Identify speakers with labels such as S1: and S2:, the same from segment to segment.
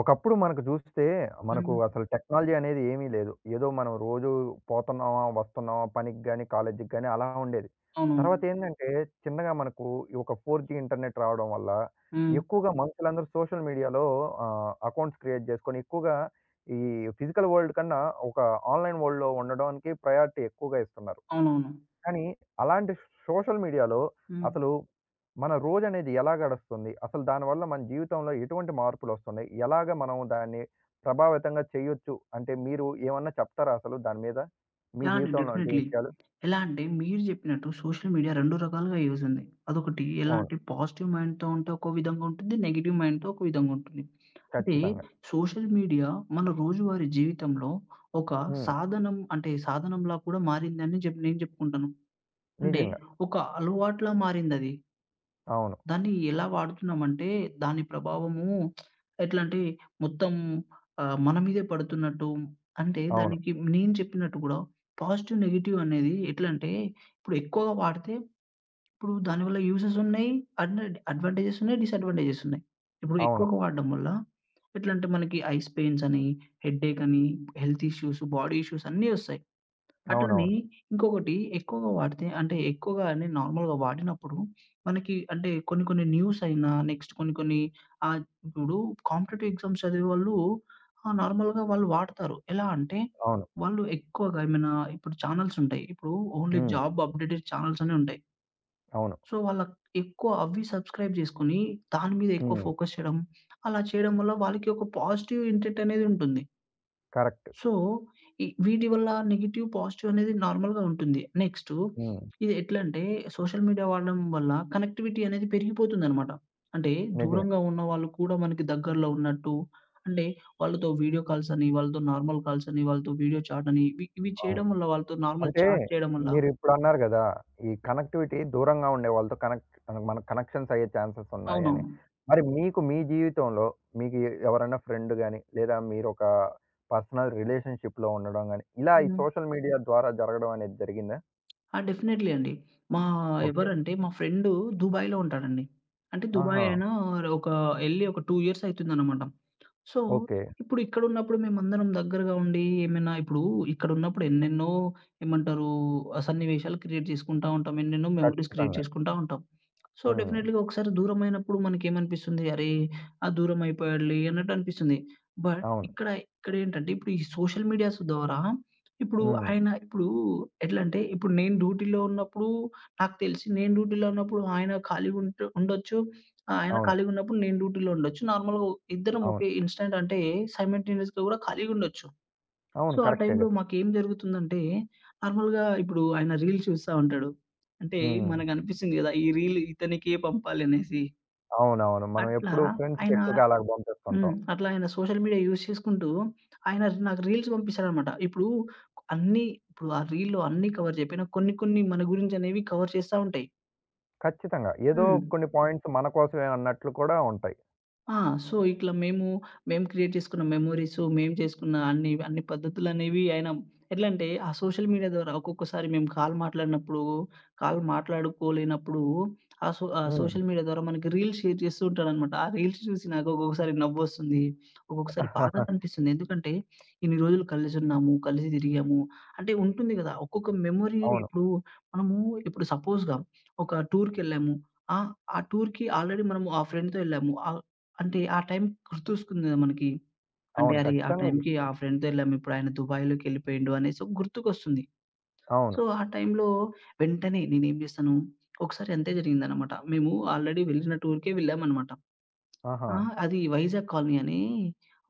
S1: ఒకప్పుడు మనకు చూస్తే, మనకు
S2: హ్మ్.
S1: అసలు టెక్నాలజీ అనేది ఏమీ లేదు. ఏదో మనం రోజు పోతున్నామా, వస్తున్నామా పనికి గాని, కాలేజీకి గాని అలా ఉండేది.
S2: అవునవును.
S1: తర్వాతేందంటే, చిన్నగా మనకు ఈ ఒక 4జీ ఇంటర్నెట్ రావడం వల్ల,
S2: హ్మ్.
S1: ఎక్కువగా మనుషులందరూ సోషల్ మీడియాలో అకౌంట్స్ క్రియేట్ చేసుకొని, ఎక్కువగా ఈ ఫిజికల్ వరల్డ్ కన్నా ఒక ఆన్‌లైన్ వరల్డ్‌లో ఉండడానికి ప్రయారిటీ ఎక్కువగా ఇస్తున్నారు.
S2: అవునవును.
S1: కానీ అలాంటి సోషల్ మీడియాలో
S2: హ్మ్.
S1: అసలు మన రోజనేది ఎలా గడుస్తుంది? అసలు దానివల్ల మన జీవితంలో ఎటువంటి మార్పులొస్తున్నాయి? ఎలాగ మనం దాన్ని ప్రభావితంగా చేయొచ్చు? అంటే మీరు ఏమన్నా చెప్తారా అసలు దాని మీద? మీ
S2: యాహ్! అండి.
S1: జీవితంలో అంటే
S2: డెఫినైట్‌లీ.
S1: విషయాలు?
S2: ఎలా అంటే మీరు జెప్పినట్టు సోషల్ మీడియా 2 రకాలుగా యూజ్ ఉంది. అదొకటి ఎలా
S1: అవును.
S2: అంటే పాజిటివ్ మైండ్‌తో ఉంటే ఒక విధంగా ఉంటుంది. నెగెటివ్ మైండ్‌తో ఒక విధంగా ఉంటుంది. అంటే
S1: ఖచ్చితంగా.
S2: సోషల్ మీడియా మన రోజువారీ జీవితంలో ఒక
S1: హ్మ్.
S2: సాధనం అంటే సాధనంలా కూడా మారిందని నేను జెప్పుకుంటాను. అంటే
S1: నిజంగా.
S2: ఒక అలవాటులా మారిందది.
S1: అవును.
S2: దాన్ని ఎలా వాడుతున్నామంటే, దాని ప్రభావము ఎట్లంటే మొత్తం మన మీదే పడుతున్నట్టు అంటే
S1: అవును.
S2: దానికి నేను చెప్పినట్టు గూడా పాజిటివ్, నెగెటివ్ అనేది ఎట్లంటే ఇప్పుడు ఎక్కువగా వాడితే ఇప్పుడు దానివల్ల యూజెస్ ఉన్నాయి. అడ్వా అడ్వాంటేజెస్ ఉన్నాయి. డిసడ్వాంటేజెస్ ఉన్నాయి. ఇప్పుడు
S1: అవును.
S2: ఎక్కువగా వాడడం వల్ల ఎట్లంటే మనకి ఐస్ పెయిన్స్ అని, హెడ్‌ఏక్ అని, హెల్త్ ఇష్యూస్, బాడీ ఇష్యూస్ అన్నీ ఒస్తాయి. అట్లని
S1: అవునవును.
S2: ఇంకొకటి ఎక్కువగా వాడితే అంటే ఎక్కువగా అని నార్మల్‌గా వాడినప్పుడు మనకి అంటే కొన్ని కొన్ని న్యూస్ అయినా నెక్స్ట్ కొన్ని కొన్ని ఆహ్, ఇప్పుడు కాంపిటీటివ్ ఎగ్జామ్స్ చదివేవాళ్ళు నార్మల్‌గా వాళ్ళు వాడతారు. ఎలా అంటే
S1: అవును.
S2: వాళ్ళు ఎక్కువగా ఏమైనా ఇప్పుడు ఛానెల్స్ ఉంటాయి. ఇప్పుడు ఓన్లీ
S1: హ్మ్.
S2: జాబ్ అప్డేటెడ్ ఛానెల్స్ అనే ఉంటాయి.
S1: అవును.
S2: సో, వాళ్ళ ఎక్కువ అవి సబ్‌స్క్రైబ్ చేసుకొని దాని మీద ఎక్కువ
S1: హ్మ్.
S2: ఫోకస్ చేయడం, అలా చేయడం వల్ల వాళ్ళకి ఒక పాజిటివ్ ఇంటెట్ అనేది ఉంటుంది.
S1: కరెక్ట్.
S2: సో, ఈ వీటి వల్ల నెగెటివ్, పాజిటివ్ అనేది నార్మల్‌గా ఉంటుంది. నెక్స్టు
S1: హ్మ్.
S2: ఇది ఎట్లంటే సోషల్ మీడియా వాడడం వల్ల కనెక్టివిటీ అనేది పెరిగిపోతుందనమాట. అంటే
S1: నిజమే.
S2: దూరంగా ఉన్న వాళ్ళు కూడా మనకి దగ్గరలో ఉన్నట్టు అంటే వాళ్ళతో వీడియో కాల్స్ అని, వాళ్ళతో నార్మల్ కాల్స్ అని, వాళ్ళతో వీడియో చాట్ అని ఇవి ఇవి
S1: అవును.
S2: చేయడం వల్ల వాళ్ళతో నార్మల్
S1: అంటే
S2: చాట్ చేయడం వల్ల.
S1: మీరిప్పుడు అన్నారు గదా! ఈ కనెక్టివిటీ దూరంగా ఉండే వాళ్ళతో కనెక్ట్ మన కనెక్షన్స్ అయ్యే ఛాన్సెస్ ఉన్నాయని.
S2: అవునవును.
S1: మరి మీకు మీ జీవితంలో మీకు ఎవరైనా ఫ్రెండ్ గాని, లేదా మీరొక పర్సనల్ రిలేషన్‌షిప్‌లో ఉండడం గాని, ఇలా ఈ
S2: హ్మ్.
S1: సోషల్ మీడియా ద్వారా జరగడం అనేది జరిగిందా?
S2: ఆ! డెఫినైట్‌లీ అండి. మా
S1: ఓకే.
S2: ఎవరంటే మా ఫ్రెండు దుబాయ్‌లో ఉంటాడండి. అంటే దుబాయ్
S1: ఆహా!
S2: అయినా ఒక ఎళ్లి ఒక 2 ఇయర్స్ అయితుందనమాట. So,
S1: okay.
S2: ఇప్పుడు ఇక్కడున్నప్పుడు మేమందరం దగ్గరగా ఉండి ఏమైనా ఇప్పుడు ఇక్కడున్నప్పుడు ఎన్నెన్నో ఏమంటారు సన్నివేశాలు క్రియేట్ చేసుకుంటా ఉంటాం. ఎన్నెన్నో మెమోరీస్ క్రియేట్
S1: ఖచ్చితంగా.
S2: చేసుకుంటా ఉంటాం. సో,
S1: హ్మ్.
S2: డెఫినెట్‌గా ఒకసారి దూరమైనప్పుడు మనకేమనిపిస్తుంది, అరే! ఆ దూరం అయిపోయాడులే అన్నట్టు అనిపిస్తుంది. బట్
S1: అవును.
S2: ఇక్కడేంటంటే ఇప్పుడు ఈ సోషల్ మీడియాస్ ద్వారా ఇప్పుడు
S1: హ్మ్.
S2: ఆయన ఇప్పుడు ఎట్లంటే ఇప్పుడు నేను డ్యూటీలో ఉన్నప్పుడు నాకు తెలిసి నేను డ్యూటీలో ఉన్నప్పుడు ఆయన ఖాళీగా ఉంటు ఉండొచ్చు. ఆ! ఆయన
S1: అవును.
S2: ఖాళీగున్నప్పుడు నేను డ్యూటీలో ఉండొచ్చు. నార్మల్‌గా ఇద్దరం ఒకే
S1: అవును.
S2: ఇన్‌స్టాంట్ అంటే సైమల్టేనియస్‌గా గూడా ఖాళీగుండొచ్చు. సో,
S1: అవును.
S2: ఆ
S1: కరెక్టే
S2: టైంలో
S1: గదా!
S2: మాకేం జరుగుతుందంటే నార్మల్‌గా ఇప్పుడు ఆయన రీల్ చూస్తా ఉంటాడు. అంటే
S1: హ్మ్.
S2: మనకనిపిస్తుంది గదా! ఈ రీల్ ఇతనికే పంపాలనేసి.
S1: అవునవును. మనం
S2: అట్లా
S1: ఎప్పుడు ఫ్రెండ్స్‌కి
S2: ఆయన
S1: ఎక్కువగా అలాగ
S2: హ్మ్.
S1: పంపిస్తుంటాం.
S2: అట్లా ఆయన సోషల్ మీడియా యూజ్ చేసుకుంటూ ఆయన నాకు రీల్స్ పంపిస్తాడనమాట. ఇప్పుడు అన్నీ ఇప్పుడు ఆ రీల్‌లో అన్నీ కవర్ జేయకపోయినా కొన్ని కొన్ని మన గురించనేవి కవర్ చేస్తా ఉంటాయి.
S1: ఖచ్చితంగా. ఏదో
S2: హ్మ్.
S1: కొన్ని పాయింట్స్ మన కోసమే అన్నట్లు కూడా ఉంటాయి.
S2: ఆ! సో, ఇట్లా మేము క్రియేట్ చేసుకున్న మెమోరీసు, మేము చేసుకున్న అన్ని, అన్ని పద్ధతులనేవి ఆయన ఎట్లంటే, ఆ సోషల్ మీడియా ద్వారా ఒక్కొక్కసారి మేము కాల్ మాట్లాడినప్పుడు, కాల్ మాట్లాడుకోలేనప్పుడు, ఆ
S1: హ్మ్.
S2: సోషల్ మీడియా ద్వారా మనకి రీల్స్ షేర్ చేస్తూ ఉంటాడనమాట. ఆ రీల్స్ చూసి నాకు ఒక్కొక్కసారి నవ్వొస్తుంది. ఒక్కొక్కసారి బాధ అనిపిస్తుంది. ఎందుకంటే, ఇన్ని రోజులు కలిసున్నాము, కలిసి తిరిగాము. అంటే ఉంటుంది కదా! ఒక్కొక్క మెమొరీ
S1: అవును.
S2: ఇప్పుడు మనము ఇప్పుడు సపోజ్‌గా ఒక టూర్‌కెళ్ళాము. ఆ! ఆ టూర్‌కి ఆల్రెడీ మనము ఆ ఫ్రెండ్‌తో ఎళ్ళాము. ఆ అంటే ఆ టైం గుర్తొస్తుంది గదా! మనకి. అంటే
S1: అవును.
S2: అరే! ఆ
S1: ఖచ్చితంగా గు
S2: టైంకి ఆ ఫ్రెండ్‌తో ఎళ్ళాము. ఇప్పుడు ఆయన దుబాయ్‌లోకెళ్ళిపోయిండు అనేసి ఒక గుర్తుకొస్తుంది.
S1: అవును.
S2: సో, ఆ టైంలో వెంటనే నేనేం జేశాను, ఒకసారి అంతే జరిగిందనమాట. మేము ఆల్రెడీ వెళ్ళిన టూర్‌కే వెళ్ళామనమాట.
S1: ఆహా!
S2: ఆ! అది వైజాగ్ కాలనీ అని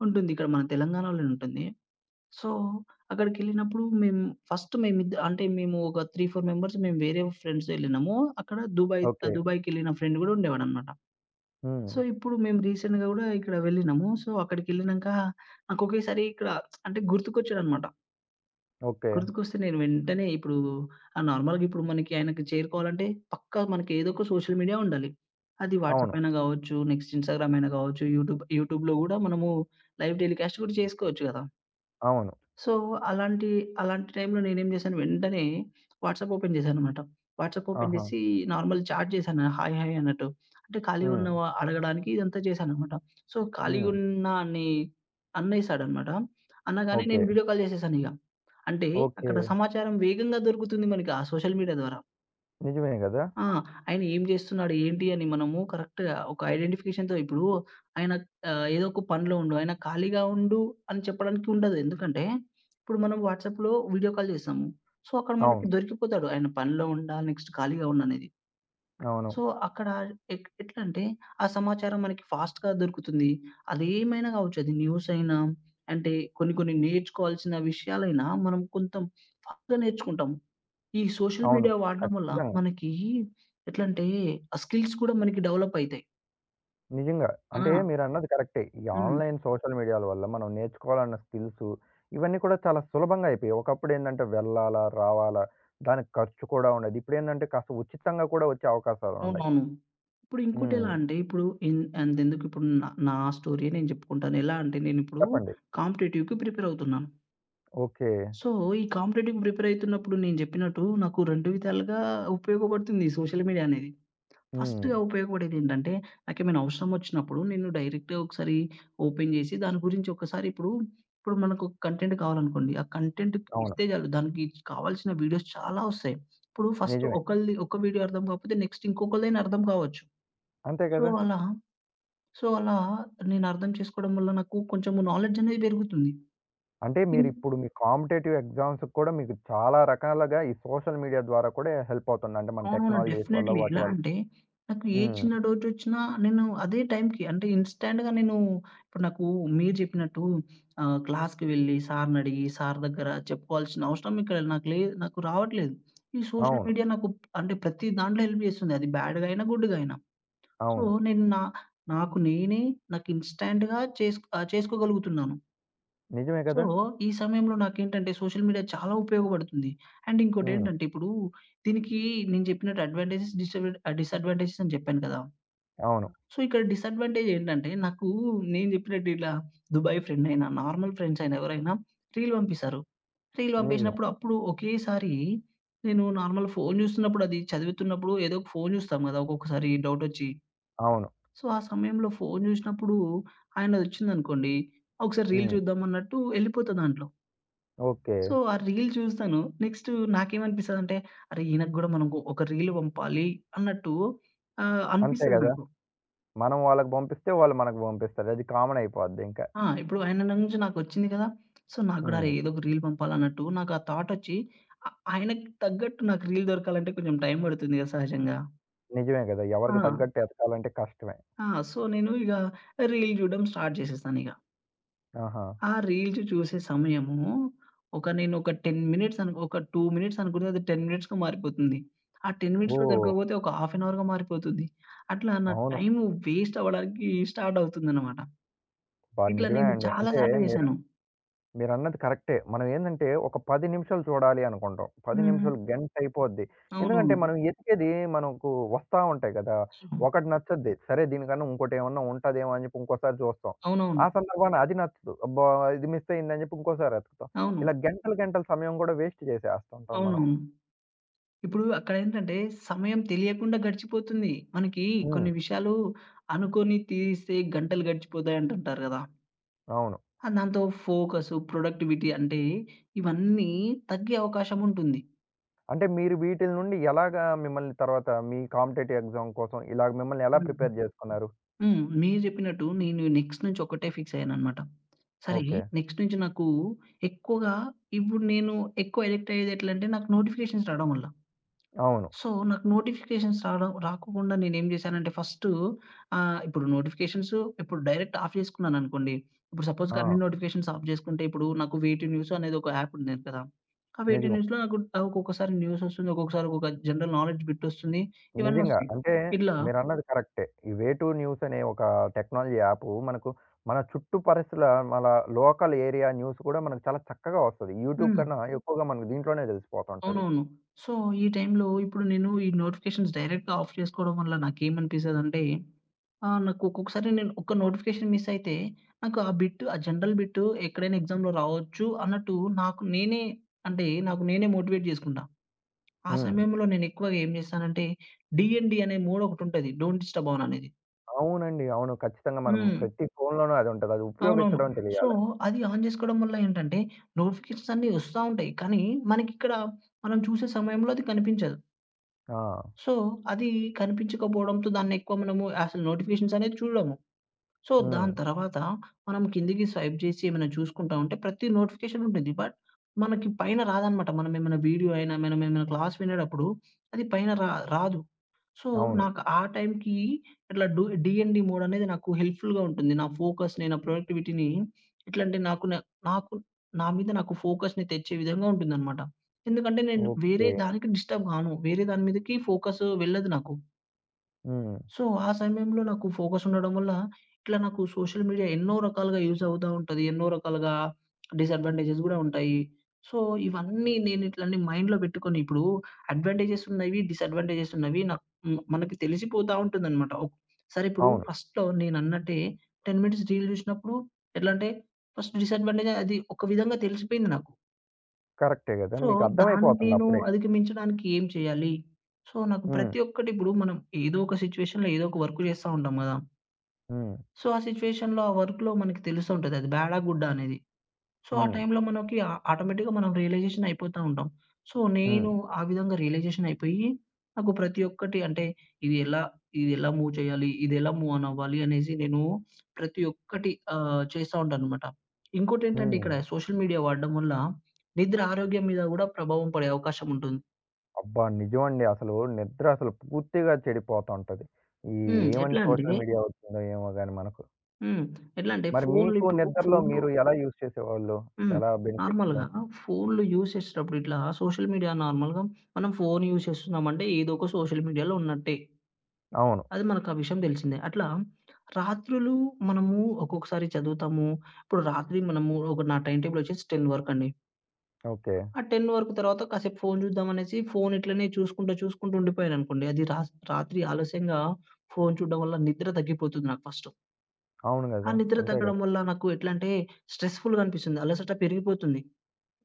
S2: ఉంటుంది. ఇక్కడ మన తెలంగాణలోనే ఉంటుంది. సో, అక్కడికెళ్ళినప్పుడు మేము ఫస్ట్ అంటే మేము ఒక 3, 4 మెంబర్స్ మేము వేరే ఫ్రెండ్స్‌తో ఎళ్ళినాము. అక్కడ
S1: ఓకే.
S2: దుబాయ్‌కెళ్ళిన ఫ్రెండ్ గూడా ఉండేవాడనమాట.
S1: హ్మ్.
S2: సో, ఇప్పుడు మేము రీసెంట్‌గా గూడా ఇక్కడ వెళ్ళినాము. సో, అక్కడికెళ్ళినంక నాకు ఒకేసారి ఇక్కడ అంటే గుర్తుకొచ్చాడనమాట.
S1: ఓకే.
S2: గుర్తుకొస్తే నేను వెంటనే ఇప్పుడు నార్మల్‌గా ఇప్పుడు మనకి ఆయనకి చేరుకోవాలంటే పక్కా మనకి ఏదో ఒక సోషల్ మీడియా ఉండాలి. అది
S1: అవును.
S2: వాట్సాప్ అయినా గావచ్చు, నెక్స్ట్ ఇన్‌స్టాగ్రామ్ అయినా గావచ్చు, యూట్యూబ్‌లో గూడా మనము లైవ్ టెలికాస్ట్ గూడా చేసుకోవచ్చు గదా!
S1: అవును.
S2: సో, అలాంటి, అలాంటి టైంలో నేనేం చేశాను వెంటనే వాట్సాప్ ఓపెన్ చేశాననమాట. వాట్సాప్ ఓపెన్
S1: ఆహా!
S2: చేసి నార్మల్ చాట్ చేశాను. హాయ్, హాయ్ అన్నట్టు. అంటే ఖాళీగా
S1: హ్మ్.
S2: ఉన్నావా అడగడానికి ఇదంతా చేశాననమాట. సో, ఖాళీగా
S1: హ్మ్.
S2: ఉన్నా అని అనేసాడనమాట. అనగానే నేను
S1: ఓకే.
S2: Video call చేసేసానిక. అంటే
S1: ఓకే.
S2: అక్కడ సమాచారం వేగంగా దొరుకుతుంది మనకి ఆ సోషల్ మీడియా ద్వారా.
S1: నిజమే గదా!
S2: ఆ! ఆయన ఏం జేస్తున్నాడు, ఏంటి అని మనము కరెక్ట్‌గా ఒక ఐడెంటిఫికేషన్‌తో ఇప్పుడు ఆయన ఏదో ఒక పనిలో ఉండు, ఆయన ఖాళీగా ఉండు అని చెప్పడానికి ఉండదు. ఎందుకంటే, ఇప్పుడు మనం వాట్సాప్‌లో వీడియో కాల్ జేస్తాము. సో, అక్కడ మనకి
S1: అవును.
S2: దొరికిపోతాడు. ఆయన పనిలో ఉండా, నెక్స్ట్ ఖాళీగా ఉండనేది.
S1: అవును.
S2: సో, అక్కడ ఎట్లంటే, ఆ సమాచారం మనకి ఫాస్ట్‌గా దొరుకుతుంది. అదేమైనా కావచ్చు. అది న్యూసయినా, అంటే కొన్ని కొన్ని నేర్చుకోవాల్సిన విషయాలైనా మనం కొంత ఫాస్ట్‌గా నేర్చుకుంటాం. ఈ సోషల్
S1: అవును.
S2: మీడియా వాడడం వల్ల
S1: ఖచ్చితంగా.
S2: మనకి ఎట్లంటే, ఆ స్కిల్స్ కూడా మనకి డెవలపయితాయి.
S1: నిజంగా. అంటే
S2: ఆ!
S1: మీరన్నది కరెక్టే. ఈ
S2: హ్మ్.
S1: ఆన్‌లైన్ సోషల్ మీడియాల వల్ల మనం నేర్చుకోవాలన్న స్కిల్సు ఇవన్నీ కూడా చాలా సులభంగా అయిపోయాయి. ఒకప్పుడేందంటే వెళ్ళాలా? రావాలా? దానికి ఖర్చు కూడా ఉండేది. ఇప్పుడేందంటే కాస్త ఉచితంగా కూడా వచ్చే అవకాశాలున్నాయి.
S2: అవునవును. ఇప్పుడు ఇంకోటెలా
S1: హ్మ్.
S2: అంటే, ఇప్పుడు ఇన్ అంతెందుకు ఇప్పుడు నా నా స్టోరీయే నేను చెప్పుకుంటాను. ఎలా అంటే, నేనిప్పుడు
S1: చెప్పండి.
S2: కాంపిటేటివ్‌కి ప్రిపేరవుతున్నాను.
S1: ఓకే.
S2: సో, ఈ కాంపిటేటివ్‌కి ప్రిపేర్ అయితున్నప్పుడు నేను జెప్పినట్టు నాకు 2 విధాలుగా ఉపయోగపడుతుంది ఈ సోషల్ మీడియా అనేది.
S1: హ్మ్.
S2: ఫస్ట్‌గా ఉపయోగపడేదేంటంటే, నాకేమైనా అవసరం ఒచ్చినప్పుడు నేను డైరెక్ట్‌గా ఒకసారి ఓపెన్ జేసి దాని గురించి ఒకసారి ఇప్పుడు, ఇప్పుడు మనకు కంటెంట్ కావాలనుకోండి. ఆ కంటెంట్
S1: అవును.
S2: ఇస్తే చాలు దానికి కావాల్సిన వీడియోస్ చాలా ఒస్తాయి. ఇప్పుడు ఫస్ట్
S1: నిజమే.
S2: ఒకళ్ళది ఒక వీడియో అర్థం కాకపోతే నెక్స్ట్ ఇంకొకళ్ళదైనా అర్థం కావచ్చు.
S1: అంతే
S2: సో,
S1: కదా!
S2: అలా సో, అలా నేను అర్థం చేసుకోవడం వల్ల నాకు కొంచెము నాలెడ్జ్ అనేది పెరుగుతుంది.
S1: అంటే
S2: ఇం
S1: మీరిప్పుడు మీ కాంపిటీటివ్ ఎగ్జామ్స్‌కి కూడా మీకు చాలా రకాలుగా ఈ సోషల్ మీడియా ద్వారా కూడా హెల్ప్ అవుతుంది. అంటే మన
S2: అవునవును.
S1: టెక్నాలజీస్ వల్ల
S2: డెఫినైట్‌లీ.
S1: వాటి
S2: ఎలా
S1: వల్ల.
S2: అంటే, నాకు ఏ
S1: హ్మ్.
S2: చిన్న డౌటొచ్చినా నేను అదే టైంకి అంటే ఇన్‌స్టాంట్‌గా నేను ఇప్పుడు నాకు మీరు చెప్పినట్టు క్లాస్‌కి వెళ్ళి సార్‌నడిగి, సార్ దగ్గర చెప్పుకోవాల్సిన అవసరం ఇక్కడ నాకు రావట్లేదు. ఈ సోషల్
S1: అవును.
S2: మీడియా నాకు అంటే ప్రతి దాంట్లో హెల్ప్ చేస్తుంది. అది బ్యాడ్‌గా అయినా, గుడ్‌గా అయినా. సో,
S1: అవును.
S2: నేను నా నాకు నేనే నాకు ఇన్‌స్టాంట్‌గా చేసుకోగలుగుతున్నాను.
S1: నిజమే
S2: సో,
S1: కదా!
S2: ఈ సమయంలో నాకేంటంటే సోషల్ మీడియా చాలా ఉపయోగపడుతుంది. అండ్
S1: హ్మ్.
S2: ఇంకోటేంటంటే ఇప్పుడు దీనికి నేను చెప్పినట్టు అడ్వాంటేజెస్, డిసడ్వాంటేజెస్ అని చెప్పాను కదా!
S1: అవును.
S2: సో, ఇక్కడ డిసడ్వాంటేజ్ ఏంటంటే నాకు నేను చెప్పినట్టు ఇలా దుబాయ్ ఫ్రెండ్ అయినా, నార్మల్ ఫ్రెండ్స్ అయినా ఎవరైనా రీల్ పంపిస్తారు. రీల్
S1: నిజం.
S2: పంపించినప్పుడు అప్పుడు ఒకేసారి నేను నార్మల్ ఫోను చూస్తున్నప్పుడు అది చదువుతున్నప్పుడు ఏదో ఒక ఫోను చూస్తాం కదా! ఒక్కొక్కసారి డౌటొచ్చి.
S1: అవును.
S2: సో, ఆ సమయంలో ఫోను చూసినప్పుడు ఆయనదొచ్చిందనుకోండి, ఒకసారి రీల్
S1: హ్మ్.
S2: చూద్దాం అన్నట్టు ఎళ్ళిపోతా దాంట్లో.
S1: ఓకే.
S2: సో, ఆ రీల్ చూస్తాను. నెక్స్ట్ నాకేమనిపిస్తదంటే, అరే! ఈయనకి గూడా మనం ఒక రీల్ పంపాలి అన్నట్టు
S1: అంతే
S2: అనిపిస్తది
S1: గదా!
S2: నాకు.
S1: మనం వాళ్ళకి పంపిస్తే వాళ్ళు మనకు పంపిస్తారు. అది కామన్ అయిపోద్ది ఇంకా.
S2: ఆ! ఇప్పుడు ఆయన నుంచి నాకొచ్చింది కదా! సో, నాకు గూడా అరే!
S1: హ్మ్.
S2: ఏదో ఒక రీల్ పంపాలన్నట్టు నాకు ఆ థాటొచ్చి ఆ ఆయనకి తగ్గట్టు నాకు రీల్ దొరకాలంటే కొంచెం టైం పడుతుంది కదా! సహజంగా.
S1: నిజమే గదా!
S2: ఆ!
S1: ఎవరికి తగ్గట్టు ఎతకాలంటే కష్టమే.
S2: ఆ! సో, నేను ఇగ రీల్ చూడడం స్టార్ట్ చేసేస్తానిగ.
S1: ఆహా!
S2: ఆ రీల్స్ చూసే సమయము నేను ఒక 10 మినిట్స్ అనుకో ఒక 2 మినిట్స్ అనుకునేది అది 10 మినిట్స్‌గా మారిపోతుంది. ఆ 10 మినిట్స్‌లో
S1: ఓహ్!
S2: దొరకకపోతే ఒక హాఫ్ అన్ అవర్‌గా మారిపోతుంది. అట్లా నా
S1: అవును.
S2: టైము వేస్ట్ అవ్వడానికి స్టార్ట్ అవుతుందనమాట.
S1: అబ్బా!
S2: ఇట్లా
S1: నిజమే
S2: నేను
S1: అండి.
S2: చాలా
S1: అంటే
S2: సార్లు
S1: మీరు
S2: చేశాను.
S1: మీరన్నది కరెక్టే. మనం ఏందంటే, ఒక 10 నిమిషాలు చూడాలి అనుకుంటాం. 10
S2: హ్మ్.
S1: నిమిషాలు గంట అయిపోద్ది. ఎందుకంటే,
S2: అవునవును.
S1: మనం ఎతికేది మనకు వస్తా ఉంటాయి కదా! ఒకటి నచ్చద్ది. సరే దీనికన్నా ఇంకోటేమన్నా ఉంటదేమో అని చెప్పి ఇంకోసారి చూస్తాం.
S2: అవునవును.
S1: ఆ సందర్భాన అది నచ్చదు. అబ్బా! ఇది మిస్ అయిందని చెప్పి ఇంకోసారి ఎతుకుతాం.
S2: అవును.
S1: ఇలా గంటలు, గంటలు సమయం కూడా వేస్ట్ చేసేస్తుంటాం మనం.
S2: అవునవును. ఇప్పుడు అక్కడేంటంటే సమయం తెలియకుండా గడిచిపోతుంది. మనకి
S1: హ్మ్.
S2: కొన్ని విషయాలు అనుకోని తీస్తే గంటలు గడిచిపోతాయంటుంటారు గదా!
S1: అవును.
S2: ఆ! దాంతో ఫోకసు, ప్రొడక్టివిటీ అంటే ఇవన్నీ తగ్గే అవకాశం ఉంటుంది.
S1: అంటే మీరు వీటిల నుండి ఎలాగా మిమ్మల్ని తర్వాత మీ కాంపిటేటివ్ ఎగ్జామ్ కోసం ఇలాగ మిమ్మల్ని ఎలా
S2: హ్మ్.
S1: ప్రిపేర్ చేసుకున్నారు?
S2: హ్మ్. మీరు చెప్పినట్టు నేను నెక్స్ట్ నుంచి ఒకటే ఫిక్స్ అయ్యాననమాట. సరే
S1: ఓకే.
S2: నెక్స్ట్ నుంచి నాకు ఎక్కువగా ఇప్పుడు నేను ఎక్కువ అడిక్ట్ అయ్యేది ఎట్లంటే నాకు నోటిఫికేషన్స్ రావడం వల్ల.
S1: అవును.
S2: సో, నాకు నోటిఫికేషన్స్ రావడం రాకుండా నేనేం జేశానంటే ఫస్టు ఇప్పుడు నోటిఫికేషన్స్ ఇప్పుడు డైరెక్ట్ ఆఫ్ జేసుకున్నాననుకోండి. ఇప్పుడు
S1: ఆ!
S2: సపోజ్‌గా అన్ని నోటిఫికేషన్స్ ఆఫ్ జేసుకుంటే ఇప్పుడు నాకు 'వేటి న్యూస్' అనేది ఒక యాప్ ఉండేది కదా! ఆ 'వేటి
S1: నిజం.
S2: న్యూస్‌లో' నాకు ఒక్కొక్కసారి న్యూస్ ఒస్తుంది. ఒక్కొక్కసారి ఒక్కొక్క జనరల్ నాలెడ్జ్ బిట్ ఒస్తుంది.
S1: నిజంగా.
S2: ఇవన్నొస్తాయి.
S1: అంటే హ్మ్.
S2: ఇట్లా
S1: మీరన్నది కరెక్టే. ఈ 'వే టూ న్యూస్' అనే ఒక టెక్నాలజీ యాపు మనకు మన చుట్టూ పరిసల మన లోకల్ ఏరియా న్యూస్ కూడా మనకు చాలా చక్కగా వస్తది. యూట్యూబ్
S2: హ్మ్.
S1: కన్నా హ్మ్. ఎక్కువగా మనకు దీంట్లోనే తెలిసిపోతుంటది.
S2: అవునవును. సో, ఈ టైంలో ఇప్పుడు నేను ఈ నోటిఫికేషన్స్ డైరెక్ట్‌గా ఆఫ్ చేసుకోవడం వల్ల నాకేమనిపిస్తదంటే ఆ! నాకు ఒక్కొక్కసారి నేను ఒక్క నోటిఫికేషన్ మిస్ అయితే, నాకు ఆ జనరల్ బిట్ ఎక్కడైనా ఎగ్జామ్‌లో రావచ్చు అన్నట్టు నాకు నేనే అంటే, నాకు నేనే మోటివేట్ జేసుకుంటా. ఆ
S1: హ్మ్.
S2: సమయంలో నేను ఎక్కువగా ఏం జేస్తానంటే, డీఎన్‌డి అనే మోడ్ ఒకటుంటది. డోంట్ డిస్టర్బ్ ఆన్ అనేది.
S1: అవునండి. అవును. ఖచ్చితంగా మనం
S2: హ్మ్.
S1: ప్రతి ఫోన్‌లోనూ అది ఉంటది. అది
S2: అవునవును.
S1: ఉపయోగించడం
S2: సో,
S1: తెలియాలి.
S2: అది ఆన్ జేసుకోవడం వల్ల ఏంటంటే, నోటిఫికేషన్స్ అన్నీ వస్తా ఉంటాయి. కానీ, మనకిక్కడ మనం చూసే సమయంలో అది కనిపించదు.
S1: ఆ!
S2: సో, అది కనిపించకపోవడంతో దాన్నెక్కువ మనము అసలు నోటిఫికేషన్స్ అనేది చూడము. సో,
S1: హ్మ్.
S2: దాని తర్వాత మనం కిందకి స్వైప్ జేసి ఏమైనా చూసుకుంటా ఉంటే ప్రతి నోటిఫికేషన్ ఉంటుంది. బట్ మనకి పైన రాదనమాట. మనమేమైనా వీడియో అయినా, మనమేమైనా క్లాస్ వినేటప్పుడు అది పైన రా రాదు. సో,
S1: అవును.
S2: నాకు ఆ టైంకి ఇట్లా డీఎన్‌డి మోడ్ అనేది నాకు హెల్ప్‌ఫుల్‌గా ఉంటుంది. నా ఫోకస్‌ని, నా ప్రొడక్టివిటీని ఎట్లా అంటే నాకు నా మీద నాకు ఫోకస్‌ని తెచ్చే విధంగా ఉంటుందనమాట. ఎందుకంటే నేను వేరే
S1: ఓకే.
S2: దానికి డిస్టర్బ్ కాను. వేరే దాని మీదకి ఫోకస్ వెళ్ళదు నాకు.
S1: హ్మ్.
S2: సో, ఆ సమయంలో నాకు ఫోకస్ ఉండడం వల్ల, ఇట్లా నాకు సోషల్ మీడియా ఎన్నో రకాలుగా యూజ్ అవుతా ఉంటది. ఎన్నో రకాలుగా డిసడ్వాంటేజెస్ గూడా ఉంటాయి. సో, ఇవన్నీ నేను ఇట్లన్నీ మైండ్‌లో పెట్టుకొని ఇప్పుడు అడ్వాంటేజెస్ ఉన్నవి, డిసడ్వాంటేజెస్ ఉన్నవి నాకు హ్మ్. మనకి తెలిసిపోతా ఉంటుందనమాట. ఓహ్! సరే ఇప్పుడు
S1: అవును.
S2: ఫస్ట్‌లో నేనన్నట్టే 10 మినిట్స్ రీల్ చూసినప్పుడు ఎట్లా అంటే, ఫస్ట్ డిసడ్వాంటేజ్ అది ఒక విధంగా తెలిసిపోయింది నాకు.
S1: కరెక్టే గదా!
S2: సో,
S1: మీకు
S2: దాన్ని
S1: అర్థమైపోతుంది
S2: నేను
S1: అప్పుడే.
S2: అధిగమించడానికి ఏం చేయాలి? సో, నాకు
S1: హ్మ్.
S2: ప్రతి ఒక్కటి ఇప్పుడు మనం ఏదో ఒక సిట్యుయేషన్‌లో ఏదో ఒక వర్క్ చేస్తా ఉంటాం గదా!
S1: హ్మ్.
S2: సో, ఆ సిట్యుయేషన్‌లో ఆ వర్క్‌లో మనకి తెలుస్తుంటది అది బ్యాడా గుడ్డా అనేది. సో, ఆ
S1: హ్మ్.
S2: టైంలో మనకి ఆ ఆటోమేటిక్‌గా మనం రియలైజేషన్ అయిపోతా ఉంటాం. సో,
S1: హ్మ్.
S2: నేను ఆ విధంగా రియలైజేషన్ అయిపోయి, నాకు ప్రతి ఒక్కటి అంటే ఇది ఎలా, ఇది ఎలా మూవ్ చేయాలి, ఇది ఎలా మూవ్ ఆన్ అవ్వాలి అనేసి నేను ప్రతి ఒక్కటి చేస్తా ఉంటాననమాట. ఇంకోటేంటంటే
S1: హ్మ్.
S2: ఇక్కడ సోషల్ మీడియా వాడడం వల్ల నిద్ర ఆరోగ్యం మీద గూడా ప్రభావం పడే అవకాశం ఉంటుంది.
S1: అబ్బా! నిజమండి. అసలు నిద్ర అసలు పూర్తిగా చెడిపోతా ఉంటది. ఈ
S2: హ్మ్.
S1: ఏమని
S2: ఎట్లా అంటే
S1: సోషల్ మీడియా వచ్చిందో ఏమో గాని మనకు.
S2: హ్మ్. ఎట్లా అంటే
S1: మరి
S2: ఫోన్‌లు
S1: మీకు
S2: ఇప్పుడు
S1: నిద్రలో
S2: ఫోన్‌లు
S1: మీరు ఎలా యూజ్ చేసేవాళ్ళు?
S2: హ్మ్.
S1: ఎలా బెనిఫిట్స్‌గా?
S2: నార్మల్‌గా ఫోన్‌లు యూజ్ చేసేటప్పుడు ఇట్లా సోషల్ మీడియా నార్మల్‌గా మనం ఫోన్ యూజ్ చేస్తున్నామంటే ఏదో ఒక సోషల్ మీడియాలో ఉన్నట్టే.
S1: అవును.
S2: అది మనకు ఆ విషయం తెలిసిందే. అట్లా రాత్రులు మనము ఒక్కొక్కసారి చదువుతాము. ఇప్పుడు రాత్రి మనము ఒక నా టైమ్ టేబుల్ వచ్చేసి 10 వరకండి.
S1: ఓకే.
S2: ఆ 10 వరకు తర్వాత కాసేపు ఫోన్ చూద్దాం అనేసి ఫోన్ ఇట్లనే చూసుకుంటూ, చూసుకుంటూ ఉండిపోయాననుకోండి. అది రాత్రి ఆలస్యంగా ఫోన్ చూడడం వల్ల నిద్ర తగ్గిపోతుంది నాకు ఫస్టు.
S1: అవును
S2: ఆ
S1: గదా!
S2: నిద్ర
S1: అంతే
S2: తగ్గడం
S1: గదా!
S2: వల్ల నాకు ఎట్లంటే స్ట్రెస్‌ఫుల్‌గా అనిపిస్తుంది. అలసట పెరిగిపోతుంది.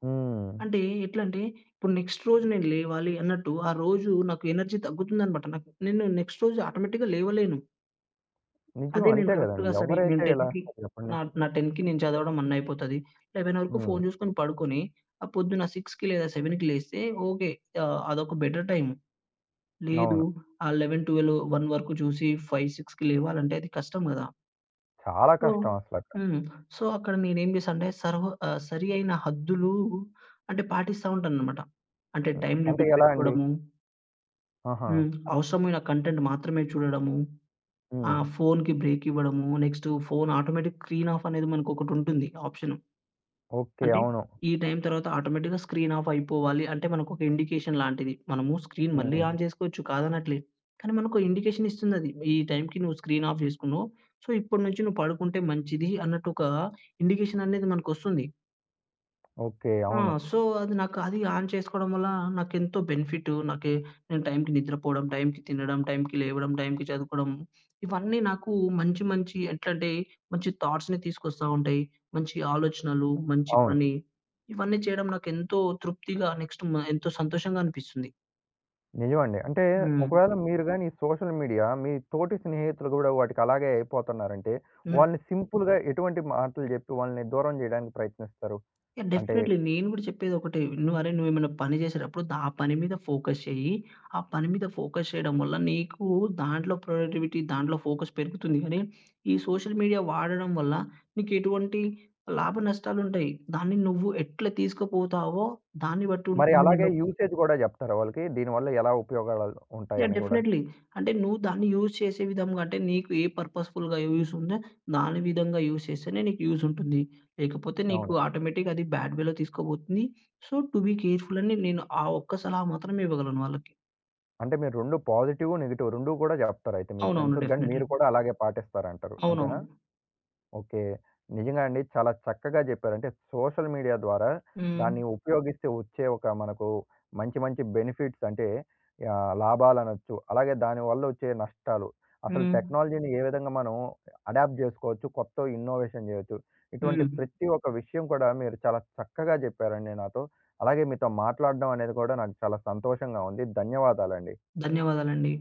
S1: హ్మ్.
S2: అంటే ఎట్లంటే, ఇప్పుడు నెక్స్ట్ రోజు నేను లేవాలి అన్నట్టు, ఆ రోజు నాకు ఎనర్జీ తగ్గుతుందనమాట. నాకు నేను నెక్స్ట్ రోజు ఆటోమేటిక్‌గా లేవలేను.
S1: నిజం
S2: అదే నేను
S1: అంతే గదండీ.
S2: కరెక్ట్‌గా సరే నేను
S1: ఎవరైతే ఇలా
S2: 10కి
S1: చేస్తారు చెప్పండి?
S2: నా నా 10కి నేను చదవడం అన్ అయిపోతది. 11 వరకు
S1: హ్మ్.
S2: ఫోను జూసుకొని పడుకొని, ఆ పొద్దున 6కి లేదా 7కి లేస్తే ఓకే. అదొక బెటర్ టైమ్. లేదు
S1: అవును.
S2: ఆ 11, 12, 1 వరకు చూసి 5, 6కి లేవాలంటే అది కష్టం గదా!
S1: చాలా
S2: సో
S1: కష్టం అసలక్కడ.
S2: హ్మ్. సో, అక్కడ నేనేం చేశానంటే సరి అయిన హద్దులు అంటే పాటిస్తా ఉంటాననమాట. అంటే
S1: హ్మ్.
S2: టైమ్
S1: అంటే
S2: లిమిట్
S1: ఎలా అండి?
S2: పెట్టుకోవడము,
S1: ఆహా!
S2: హ్మ్. అవసరమైన కంటెంట్ మాత్రమే చూడడము,
S1: హ్మ్.
S2: ఫోన్‌కి బ్రేక్ ఇవ్వడము, next phone automatic screen off అనేది మనకొకటుంటుంది ఆప్షన్.
S1: ఓకే.
S2: అంటే
S1: అవును.
S2: ఈ టైం తర్వాత ఆటోమేటిక్‌గా స్క్రీన్ ఆఫ్ అయిపోవాలి. అంటే మనకొక ఇండికేషన్ లాంటిది. మనము స్క్రీన్ మళ్ళీ
S1: హుహు.
S2: ఆన్ చేసుకోవచ్చు కాదనట్లే. కానీ మనకో ఇండికేషన్ ఇస్తుందది. ఈ టైంకి నువ్వు స్క్రీన్ ఆఫ్ జేసుకున్నావు. సో, ఇప్పటి నుంచి నువ్వు పడుకుంటే మంచిది అన్నట్టు ఒక ఇండికేషన్ అనేది మనకొస్తుంది.
S1: ఓకే.
S2: ఆ!
S1: అవును.
S2: సో, అది నాకు అది ఆన్ చేసుకోవడం వల్ల నాకెంతో బెనిఫిటు. నాకి నేను టైంకి నిద్రపోవడం, టైంకి తినడం, టైంకి లేవడం, టైంకి చదువుకోవడం ఇవన్నీ నాకు మంచి మంచి ఎట్లంటే మంచి థాట్స్‌ని తీసుకొస్తా ఉంటాయి. మంచి ఆలోచనలు, మంచి
S1: అవును.
S2: పని ఇవన్నీ చేయడం నాకెంతో తృప్తిగా నెక్స్ట్ మ ఎంతో సంతోషంగా అనిపిస్తుంది.
S1: నిజమండి. అంటే
S2: హ్మ్.
S1: ఒకవేళ మీరు గాని ఈ సోషల్ మీడియా మీ తోటి స్నేహితులు గూడా వాటికి అలాగే అయిపోతున్నారంటే,
S2: హ్మ్.
S1: వాళ్ళని సింపుల్‌గా ఎటువంటి మాటలు జెప్పి వాళ్ళని దూరం జేయడానికి ప్రయత్నిస్తారు?
S2: యాహ్!
S1: అంటే
S2: డెఫినైట్‌లీ. నేను గూడా చెప్పేదొకటే. నువ్వు అరే! నువ్వేమైనా పని చేసేటప్పుడు ఆ పని మీద ఫోకస్ చెయ్యి. ఆ పని మీద ఫోకస్ చేయడం వల్ల నీకు దాంట్లో ప్రొడక్టివిటీ, దాంట్లో ఫోకస్ పెరుగుతుంది గానీ, ఈ సోషల్ మీడియా వాడడం వల్ల నీకెటువంటి లాభ నష్టాలుంటాయి. దాన్ని నువ్వు ఎట్లా తీసుకుపోతావో దాన్ని బట్టి
S1: మరి
S2: ఉంటుందని
S1: అలాగే
S2: నేనొ.
S1: యూసేజ్ గూడా జెప్తారా వాళ్ళకి? దీనివల్ల ఎలా ఉపయోగాలు
S2: యాహ్!
S1: ఉంటాయని గూడా?
S2: డెఫినైట్‌లీ. అంటే నువ్వు దాన్ని యూజ్ చేసే విధంగా అంటే నీకు ఏ పర్పస్‌ఫుల్‌గా యూజ్ ఉందో దాని విధంగా యూజ్ చేస్తేనే నీకు యూజ్ ఉంటుంది. లేకపోతే నీకు
S1: అవును.
S2: ఆటోమేటిక్‌గా అది బ్యాడ్ వేలో తీసుకోబోతుంది. సో, టు బీ కేర్‌ఫుల్ అని నేను ఆ ఒక్క సలహా మాత్రమే ఇవ్వగలను వాళ్ళకి.
S1: అంటే మీరు 2 పాజిటివ్, నెగెటివ్ 2 గూడా జెప్తారయితే మీ
S2: అవునవును.
S1: ఫ్రెండ్స్‌కి గాని,
S2: డెఫినైట్‌లీ.
S1: మీరు కూడా అలాగే పాటిస్తారంటారు.
S2: అవునవును.
S1: అంతేనా? ఓకే. నిజంగా అండి. చాలా చక్కగా జెప్పారు. అంటే సోషల్ మీడియా ద్వారా
S2: హ్మ్.
S1: దాన్ని ఉపయోగిస్తే వచ్చే ఒక మనకు మంచి మంచి బెనిఫిట్స్ అంటే లాభాలనొచ్చు. అలాగే దానివల్ల వచ్చే నష్టాలు. అసలు
S2: హ్మ్.
S1: టెక్నాలజీని ఏ విధంగా మనం అడాప్ట్ జేసుకోవచ్చు, కొత్త ఇన్నోవేషన్ జేయొచ్చు. ఇటువంటి
S2: హ్మ్.
S1: ప్రతి ఒక్క విషయం కూడా మీరు చాలా చక్కగా జెప్పారండి నాతో. అలాగే మీతో మాట్లాడడం అనేది కూడా నాకు చాలా సంతోషంగా ఉంది. ధన్యవాదాలండి.
S2: ధన్యవాదాలండి.